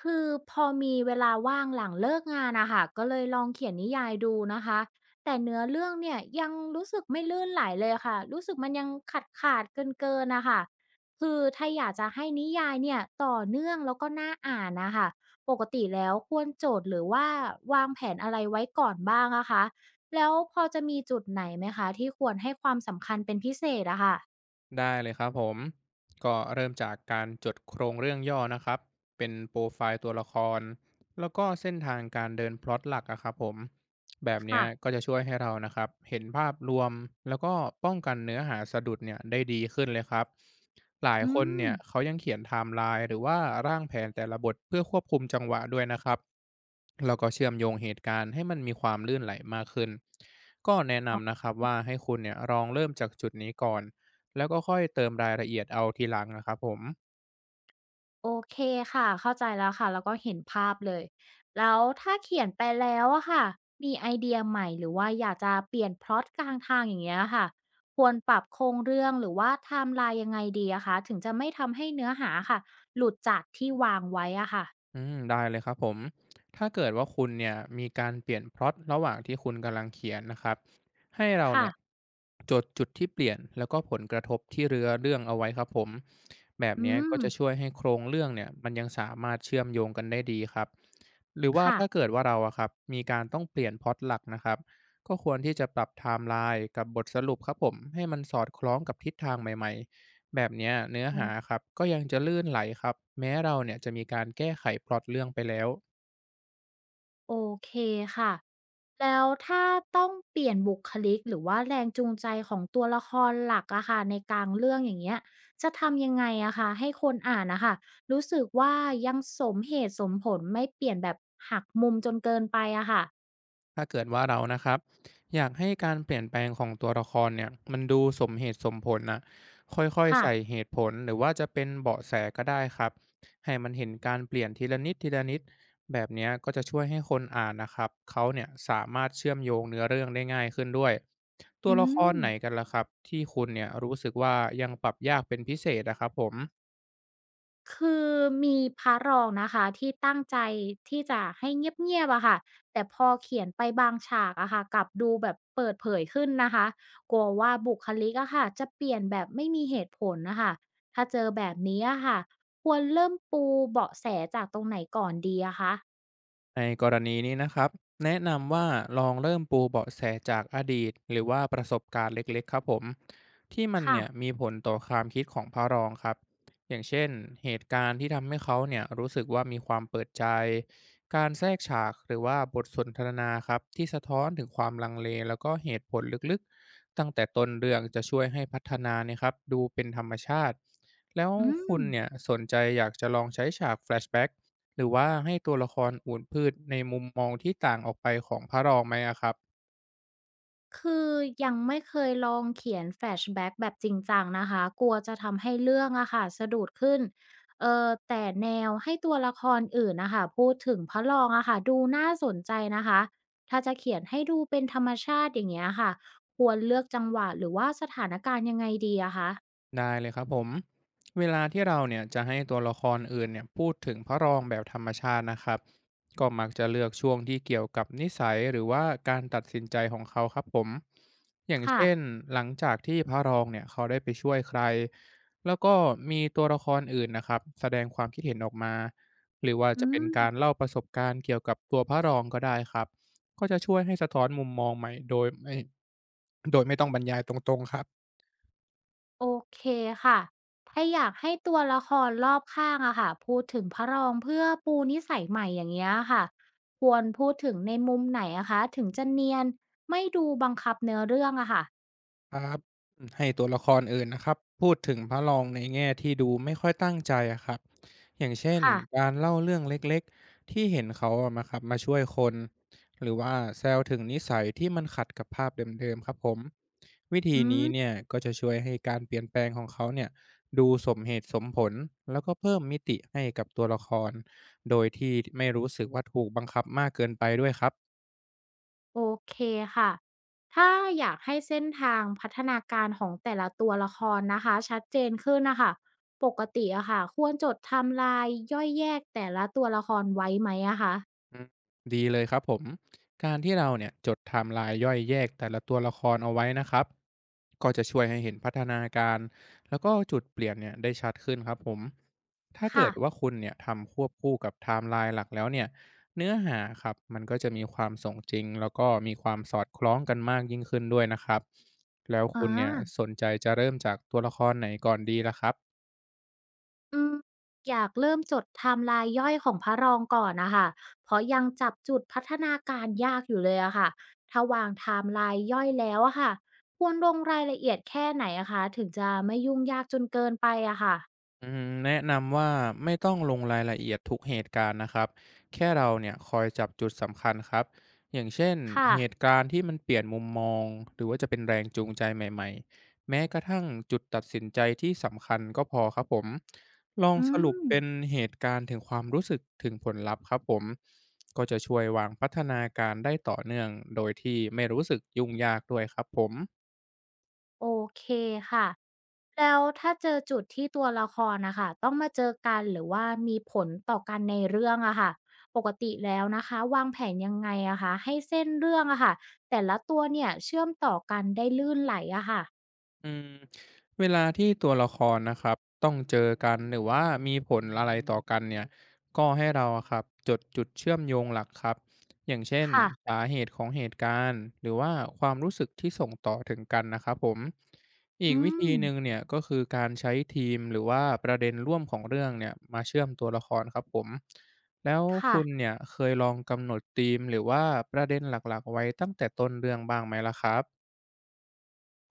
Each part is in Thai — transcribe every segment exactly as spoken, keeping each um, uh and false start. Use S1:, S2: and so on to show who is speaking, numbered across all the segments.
S1: คือพอมีเวลาว่างหลังเลิกงานอะค่ะก็เลยลองเขียนนิยายดูนะคะแต่เนื้อเรื่องเนี่ยยังรู้สึกไม่ลื่นไหลเลยค่ะรู้สึกมันยังขาดขาดเกินเกินนะคะคือถ้าอยากจะให้นิยายเนี่ยต่อเนื่องแล้วก็น่าอ่านนะคะปกติแล้วควรโจทย์หรือว่าวางแผนอะไรไว้ก่อนบ้างอะคะแล้วพอจะมีจุดไหนไหมคะที่ควรให้ความสำคัญเป็นพิเศษอะค่ะ
S2: ได้เลยครับผมก็เริ่มจากการจดโครงเรื่องย่อนะครับเป็นโปรไฟล์ตัวละครแล้วก็เส้นทางการเดินพล็อตหลักอะครับผมแบบเนี้ย
S1: ค่ะ
S2: ก็จะช่วยให้เรานะครับเห็นภาพรวมแล้วก็ป้องกันเนื้อหาสะดุดเนี่ยได้ดีขึ้นเลยครับหลาย
S1: อื
S2: คน
S1: ม
S2: เนี่ยเขายังเขียนไทม์ไลน์หรือว่าร่างแผนแต่ละบทเพื่อควบคุมจังหวะด้วยนะครับแล้วก็เชื่อมโยงเหตุการณ์ให้มันมีความลื่นไหลมากขึ้นก็แนะนำนะครับว่าให้คุณเนี่ยลองเริ่มจากจุดนี้ก่อน แล้วก็ค่อยเติมรายละเอียดเอาทีหลังนะครับผม
S1: โอเคค่ะเข้าใจแล้วค่ะแล้วก็เห็นภาพเลยแล้วถ้าเขียนไปแล้วอะค่ะมีไอเดียใหม่หรือว่าอยากจะเปลี่ยนพล็อตกลางทางอย่างเงี้ยค่ะควรปรับโครงเรื่องหรือว่าไทม์ไลน์ยังไงดีอะคะถึงจะไม่ทำให้เนื้อหาค่ะหลุดจากที่วางไว้อะค่ะ
S2: อืมได้เลยครับผมถ้าเกิดว่าคุณเนี่ยมีการเปลี่ยนพล็อตระหว่างที่คุณกำลังเขียนนะครับให้เรา
S1: ค่ะ
S2: เนี่ยจดจุดที่เปลี่ยนแล้วก็ผลกระทบที่เรือเรื่องเอาไว้ครับผมแบบ
S1: อื
S2: เนี้ยก็
S1: ม
S2: จะช่วยให้โครงเรื่องเนี่ยมันยังสามารถเชื่อมโยงกันได้ดีครับหรือว่า
S1: ค่ะ
S2: ถ้าเกิดว่าเราอะครับมีการต้องเปลี่ยนพล็อตหลักนะครับก็ควรที่จะปรับไทม์ไลน์กับบทสรุปครับผมให้มันสอดคล้องกับทิศทางใหม่ๆ แบบเนี้ยเนื้อหาครับก็ยังจะลื่นไหลครับแม้เราเนี่ยจะมีการแก้ไขพล็อตเรื่องไปแล้ว
S1: โอเคค่ะแล้วถ้าต้องเปลี่ยนบุคลิกหรือว่าแรงจูงใจของตัวละครหลักอะค่ะในกลางเรื่องอย่างเงี้ยจะทำยังไงอะค่ะให้คนอ่านนะคะรู้สึกว่ายังสมเหตุสมผลไม่เปลี่ยนแบบหักมุมจนเกินไปอะค่ะ
S2: ถ้าเกิดว่าเรานะครับอยากให้การเปลี่ยนแปลงของตัวละครเนี่ยมันดูสมเหตุสมผลนะค่อยๆ
S1: ค่ะ
S2: ใส่เหตุผลหรือว่าจะเป็นเบาะแสก็ได้ครับให้มันเห็นการเปลี่ยนทีละนิดทีละนิดแบบเนี้ยก็จะช่วยให้คนอ่านนะครับเขาเนี่ยสามารถเชื่อมโยงเนื้อเรื่องได้ง่ายขึ้นด้วยตั
S1: อื
S2: วละค
S1: ม
S2: รไหนกันล่ะครับที่คุณเนี่ยรู้สึกว่ายังปรับยากเป็นพิเศษนะครับผม
S1: คือมีพระรองนะคะที่ตั้งใจที่จะให้เงียบๆอะค่ะแต่พอเขียนไปบางฉากอะค่ะกลับดูแบบเปิดเผยขึ้นนะคะกลัวว่าบุคลิกอะค่ะจะเปลี่ยนแบบไม่มีเหตุผลน่ะค่ะถ้าเจอแบบนี้อะค่ะควรเริ่มปูเบาะแสจากตรงไหนก่อนดีอะคะ
S2: ในกรณีนี้นะครับแนะนำว่าลองเริ่มปูเบาะแสจากอดีตหรือว่าประสบการณ์เล็กๆครับผมที่มัน
S1: ค่ะ
S2: เนี่ยมีผลต่อความคิดของพระรองครับอย่างเช่นเหตุการณ์ที่ทำให้เขาเนี่ยรู้สึกว่ามีความเปิดใจการแทรกฉากหรือว่าบทสนทนาครับที่สะท้อนถึงความลังเลแล้วก็เหตุผลลึกๆตั้งแต่ต้นเรื่องจะช่วยให้พัฒนาเนี่ยครับดูเป็นธรรมชาติแล้ว
S1: อืม
S2: คุณเนี่ยสนใจอยากจะลองใช้ฉากแฟลชแบ็ก หรือว่าให้ตัวละครอูฐพืชในมุมมองที่ต่างออกไปของพระรองไหมอะครับ
S1: คือยังไม่เคยลองเขียนแฟลชแบ็กแบบจริงจังนะคะกลัวจะทำให้เรื่องอะค่ะสะดุดขึ้นเออแต่แนวให้ตัวละครอื่นนะคะพูดถึงพระรองอะค่ะดูน่าสนใจนะคะถ้าจะเขียนให้ดูเป็นธรรมชาติอย่างเงี้ยค่ะควรเลือกจังหวะหรือว่าสถานการณ์ยังไงดีอะคะ
S2: ได้เลยครับผมเวลาที่เราเนี่ยจะให้ตัวละครอื่นเนี่ยพูดถึงพระรองแบบธรรมชาตินะครับก็มักจะเลือกช่วงที่เกี่ยวกับนิสัยหรือว่าการตัดสินใจของเขาครับผมอย่าง
S1: ค่ะ
S2: เช่นหลังจากที่พระรองเนี่ยเขาได้ไปช่วยใครแล้วก็มีตัวละครอื่นนะครับแสดงความคิดเห็นออกมาหรือว่า
S1: อื
S2: จะเป็น
S1: ม
S2: การเล่าประสบการณ์เกี่ยวกับตัวพระรองก็ได้ครับก็จะช่วยให้สะท้อนมุมมองใหม่โดยไม่โดยไม่ต้องบรรยายตรงๆครับ
S1: โอเคค่ะ ถ้าอยากให้ตัวละครรอบข้างอะค่ะพูดถึงพระรองเพื่อปูนิสัยใหม่อย่างเงี้ยค่ะควรพูดถึงในมุมไหนอะคะถึงจะเนียนไม่ดูบังคับเนื้อเรื่องอะค่ะ
S2: ครับให้ตัวละครอื่นนะครับพูดถึงพระรองในแง่ที่ดูไม่ค่อยตั้งใจอะครับอย่างเช่น
S1: ค่ะ
S2: การเล่าเรื่องเล็กๆที่เห็นเขาอะมาครับมาช่วยคนหรือว่าแซวถึงนิสัยที่มันขัดกับภาพเดิมๆครับผมวิธี
S1: อื
S2: นี้
S1: ม
S2: เนี่ยก็จะช่วยให้การเปลี่ยนแปลงของเขาเนี่ยดูสมเหตุสมผลแล้วก็เพิ่มมิติให้กับตัวละครโดยที่ไม่รู้สึกว่าถูกบังคับมากเกินไปด้วยครับ
S1: โอเคค่ะถ้าอยากให้เส้นทางพัฒนาการของแต่ละตัวละครนะคะชัดเจนขึ้นนะคะปกติอะค่ะควรจดไทม์ไลน์ย่อยแยกแต่ละตัวละครไว้ไหมอะคะ
S2: อืมดีเลยครับผมการที่เราเนี่ยจดไทม์ไลน์ย่อยแยกแต่ละตัวละครเอาไว้นะครับ ก็จะช่วยให้เห็นพัฒนาการแล้วก็จุดเปลี่ยนเนี่ยได้ชัดขึ้นครับผม ถ้าเกิ
S1: ค่ะ
S2: ดว่าคุณเนี่ยทำควบคู่กับไทม์ไลน์หลักแล้วเนี่ย เนื้อหาครับมันก็จะมีความสงจริงแล้วก็มีความสอดคล้องกันมากยิ่งขึ้นด้วยนะครับ แล้ว
S1: อ่า
S2: คุณเนี่ยสนใจจะเริ่มจากตัวละครไหนก่อนดีล่ะครับ
S1: อืมอยากเริ่มจดไทม์ไลน์ย่อยของพระรองก่อนนะคะเพราะยังจับจุดพัฒนาการยากอยู่เลยอะค่ะถ้าวางไทม์ไลน์ย่อยแล้วอะค่ะควรลงรายละเอียดแค่ไหนอะคะถึงจะไม่ยุ่งยากจนเกินไปอะค่ะ
S2: อืมแนะนำว่าไม่ต้องลงรายละเอียดทุกเหตุการณ์นะครับแค่เราเนี่ยคอยจับจุดสำคัญครับอย่างเช่น
S1: ค่ะ
S2: เหตุการณ์ที่มันเปลี่ยนมุมมองหรือว่าจะเป็นแรงจูงใจใหม่ๆแม้กระทั่งจุดตัดสินใจที่สำคัญก็พอครับผมลอง
S1: อื
S2: สรุป
S1: ม
S2: เป็นเหตุการณ์ถึงความรู้สึกถึงผลลัพธ์ครับผมก็จะช่วยวางพัฒนาการได้ต่อเนื่องโดยที่ไม่รู้สึกยุ่งยากด้วยครับผม
S1: โอเคค่ะแล้วถ้าเจอจุดที่ตัวละครนะคะต้องมาเจอกันหรือว่ามีผลต่อกันในเรื่องอะค่ะปกติแล้วนะคะวางแผนยังไงอะคะให้เส้นเรื่องอะค่ะแต่ละตัวเนี่ยเชื่อมต่อกันได้ลื่นไหลอะค่ะ
S2: อืมเวลาที่ตัวละครนะครับต้องเจอกันหรือว่ามีผลอะไรต่อกันเนี่ยก็ให้เราอะครับจดจุดเชื่อมโยงหลักครับอย่างเช่น
S1: ค่ะ
S2: สาเหตุของเหตุการณ์หรือว่าความรู้สึกที่ส่งต่อถึงกันนะครับผมอี
S1: อื
S2: กวิ
S1: ม
S2: ธีหนึ่งเนี่ยก็คือการใช้ทีมหรือว่าประเด็นร่วมของเรื่องเนี่ยมาเชื่อมตัวละครครับผมแล้ว
S1: ค่ะ
S2: คุณเนี่ยเคยลองกำหนดธีมหรือว่าประเด็นหลักๆไว้ตั้งแต่ต้นเรื่องบ้างไหมล่ะครับ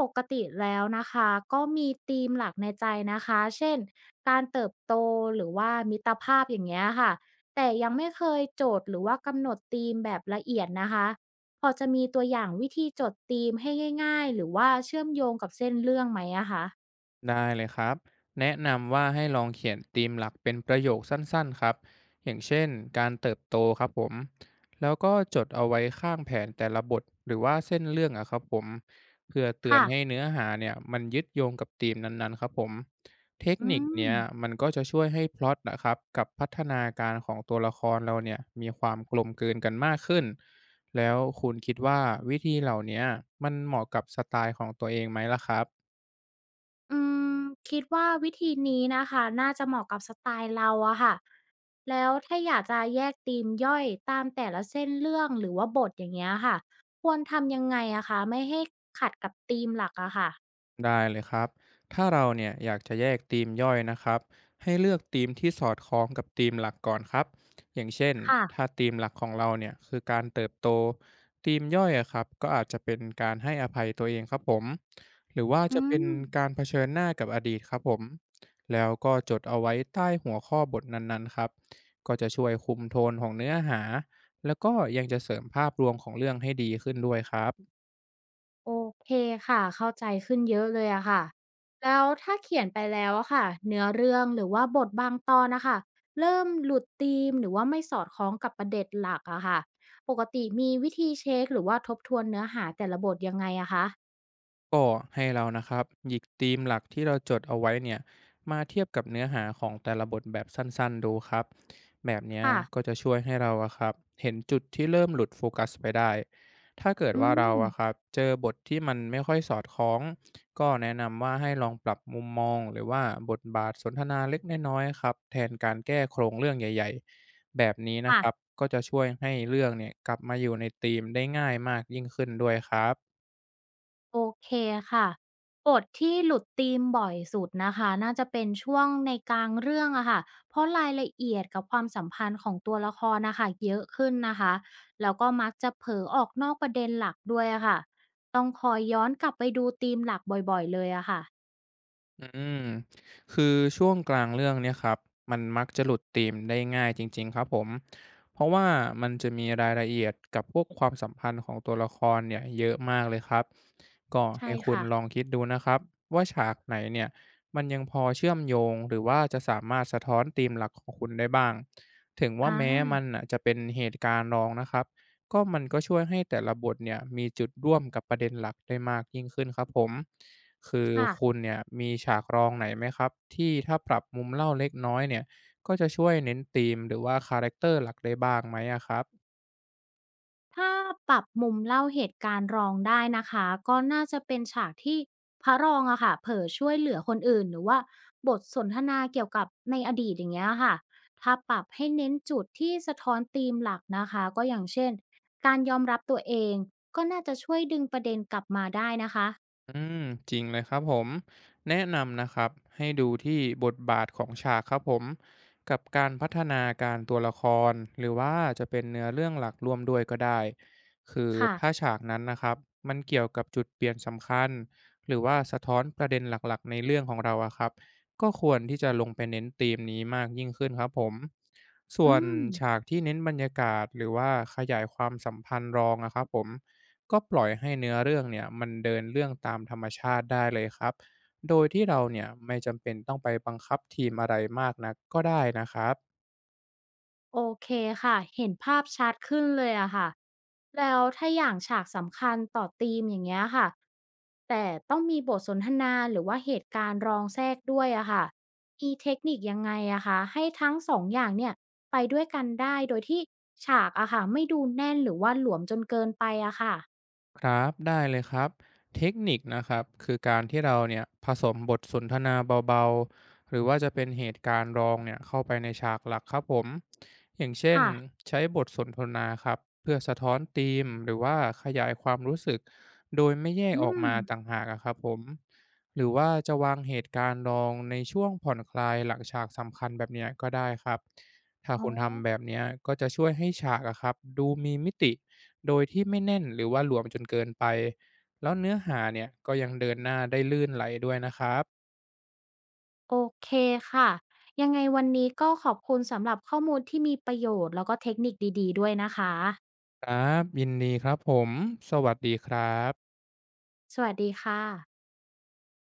S1: ปกติแล้วนะคะก็มีธีมหลักในใจนะคะเช่นการเติบโตหรือว่ามิตรภาพอย่างเงี้ยค่ะแต่ยังไม่เคยโจทย์หรือว่ากำหนดธีมแบบละเอียดนะคะพอจะมีตัวอย่างวิธีจดธีมให้ง่ายๆหรือว่าเชื่อมโยงกับเส้นเรื่องไหมอะคะ
S2: ได้เลยครับแนะนำว่าให้ลองเขียนธีมหลักเป็นประโยคสั้นๆครับอย่างเช่นการเติบโตครับผมแล้วก็จดเอาไว้ข้างแผนแต่ละบทหรือว่าเส้นเรื่องอะครับผมเพื่อเตือน
S1: ค่ะ
S2: ให้เนื้อหาเนี่ยมันยึดโยงกับธีมนั้นๆครับผมเทค
S1: อื
S2: นิค
S1: ม
S2: เนี้ยมันก็จะช่วยให้พล็อตนะครับกับพัฒนาการของตัวละครเราเนี่ยมีความกลมกลืนกันมากขึ้นแล้วคุณคิดว่าวิธีเหล่าเนี้ยมันเหมาะกับสไตล์ของตัวเองไหมล่ะครับ
S1: อืมคิดว่าวิธีนี้นะคะน่าจะเหมาะกับสไตล์เราอะค่ะแล้วถ้าอยากจะแยกธีมย่อยตามแต่ละเส้นเรื่องหรือว่าบทอย่างเงี้ยค่ะควรทำยังไงอะคะไม่ให้ขัดกับธีมหลักอะค่ะ
S2: ได้เลยครับ ถ้าเราเนี่ยอยากจะแยกธีมย่อยนะครับให้เลือกธีมที่สอดคล้องกับธีมหลักก่อนครับ อย่างเช่น
S1: ค่ะ
S2: ถ้าธีมหลักของเราเนี่ยคือการเติบโตธีมย่อยอะครับก็อาจจะเป็นการให้อภัยตัวเองครับผมหรือว่า
S1: อื
S2: จะเป็น
S1: ม
S2: การเผชิญหน้ากับอดีตครับผมแล้วก็จดเอาไว้ใต้หัวข้อบทนั้นๆครับก็จะช่วยคุมโทนของเนื้อหาแล้วก็ยังจะเสริมภาพรวมของเรื่องให้ดีขึ้นด้วยครับ
S1: โอเคค่ะเข้าใจขึ้นเยอะเลยอะค่ะแล้วถ้าเขียนไปแล้วอะค่ะเนื้อเรื่องหรือว่าบทบางตอนนะคะเริ่มหลุดธีมหรือว่าไม่สอดคล้องกับประเด็นหลักอะค่ะปกติมีวิธีเช็คหรือว่าทบทวนเนื้อหาแต่ละบทยังไงอะคะ
S2: ก็ให้เรานะครับหยิกธีมหลักที่เราจดเอาไว้เนี่ยมาเทียบกับเนื้อหาของแต่ละบทแบบสั้นๆดูครับแบบเนี้ย
S1: ค่ะ
S2: ก็จะช่วยให้เราอะครับเห็นจุดที่เริ่มหลุดโฟกัสไปได้ถ้าเกิด
S1: อื
S2: ว่าเรา
S1: ม
S2: อะครับเจอบทที่มันไม่ค่อยสอดคล้องก็แนะนำว่าให้ลองปรับมุมมองหรือว่าบทบาทสนทนาเล็กน้อยๆครับแทนการแก้โครงเรื่องใหญ่ๆแบบนี้นะ
S1: ค่ะ
S2: ครับก็จะช่วยให้เรื่องเนี่ยกลับมาอยู่ในธีมได้ง่ายมากยิ่งขึ้นด้วยครับ
S1: โอเคค่ะบทที่หลุดธีมบ่อยสุดนะคะน่าจะเป็นช่วงในกลางเรื่องอะค่ะเพราะรายละเอียดกับความสัมพันธ์ของตัวละครนะคะเยอะขึ้นนะคะแล้วก็มักจะเผลอออกนอกประเด็นหลักด้วยอะค่ะต้องคอยย้อนกลับไปดูธีมหลักบ่อยๆเลยอะค่ะ
S2: อืมคือช่วงกลางเรื่องเนี่ยครับมันมักจะหลุดธีมได้ง่ายจริงๆครับผมเพราะว่ามันจะมีรายละเอียดกับพวกความสัมพันธ์ของตัวละครเนี่ยเยอะมากเลยครับก็
S1: ใช่
S2: ให้คุณ
S1: ค่ะ
S2: ลองคิดดูนะครับว่าฉากไหนเนี่ยมันยังพอเชื่อมโยงหรือว่าจะสามารถสะท้อนธีมหลักของคุณได้บ้างถึง
S1: อ
S2: ว่าแม้มัน
S1: า
S2: น่ะจะเป็นเหตุการณ์รองนะครับก็มันก็ช่วยให้แต่ละบทเนี่ยมีจุดร่วมกับประเด็นหลักได้มากยิ่งขึ้นครับผม คือ
S1: ค่ะ
S2: คุณเนี่ยมีฉากรองไหนไหมครับที่ถ้าปรับมุมเล่าเล็กน้อยเนี่ยก็จะช่วยเน้นธีมหรือว่าคาแรกเตอร์หลักได้บ้างไหมอะครับ
S1: ถ้าปรับมุมเล่าเหตุการณ์รองได้นะคะก็น่าจะเป็นฉากที่พระรองอะค่ะเผลอช่วยเหลือคนอื่นหรือว่าบทสนทนาเกี่ยวกับในอดีตอย่างเงี้ยค่ะถ้าปรับให้เน้นจุดที่สะท้อนธีมหลักนะคะก็อย่างเช่นการยอมรับตัวเองก็น่าจะช่วยดึงประเด็นกลับมาได้นะคะ
S2: อืมจริงเลยครับผมแนะนำนะครับให้ดูที่บทบาทของฉากครับผมกับการพัฒนาการตัวละครหรือว่าจะเป็นเนื้อเรื่องหลักร่วมด้วยก็ได้คือถ้า
S1: ค่ะ
S2: ฉากนั้นนะครับมันเกี่ยวกับจุดเปลี่ยนสำคัญหรือว่าสะท้อนประเด็นหลักๆในเรื่องของเราอะครับก็ควรที่จะลงไปเน้นธีมนี้มากยิ่งขึ้นครับผมส่ว
S1: อื
S2: น
S1: ม
S2: ฉากที่เน้นบรรยากาศหรือว่าขยายความสัมพันธ์รองอะครับผม ก็ปล่อยให้เนื้อเรื่องเนี่ยมันเดินเรื่องตามธรรมชาติได้เลยครับ โดยที่เราเนี่ยไม่จำเป็นต้องไปบังคับทีมอะไรมากนักก็ได้นะครับ
S1: โอเคค่ะ เห็นภาพชัดขึ้นเลยอะค่ะ แล้วถ้าอย่างฉากสำคัญต่อธีมอย่างเงี้ยค่ะ แต่ต้องมีบทสนทนาหรือว่าเหตุการณ์รองแทรกด้วยอะค่ะมีเทคนิคยังไงอะคะให้ทั้งสองอย่างเนี่ยไปด้วยกันได้โดยที่ฉากอะค่ะไม่ดูแน่นหรือว่าหลวมจนเกินไปอะค่ะ
S2: ครับได้เลยครับเทคนิคนะครับคือการที่เราเนี่ยผสมบทสนทนาเบาๆหรือว่าจะเป็นเหตุการณ์รองเนี่ยเข้าไปในฉากหลักครับผมอย่างเช่น
S1: ค่ะ
S2: ใช้บทสนทนาครับเพื่อสะท้อนธีมหรือว่าขยายความรู้สึกโดยไม่แยก
S1: อื
S2: ออก
S1: ม
S2: มาต่างหากอะครับผมหรือว่าจะวางเหตุการณ์รองในช่วงผ่อนคลายหลังฉากสำคัญแบบเนี้ยก็ได้ครับถ้า
S1: อ๋อ
S2: คุณทำแบบเนี้ยก็จะช่วยให้ฉากอะครับดูมีมิติ โดยที่ไม่แน่นหรือว่าหลวมจนเกินไปแล้วเนื้อหาเนี่ยก็ยังเดินหน้าได้ลื่นไหลด้วยนะครับ
S1: โอเคค่ะ ยังไงวันนี้ก็ขอบคุณสำหรับข้อมูลที่มีประโยชน์แล้วก็เทคนิคดีๆด้วยนะคะ
S2: ครับยินดีครับผมสวัสดีครับ
S1: สวัสดีค่ะ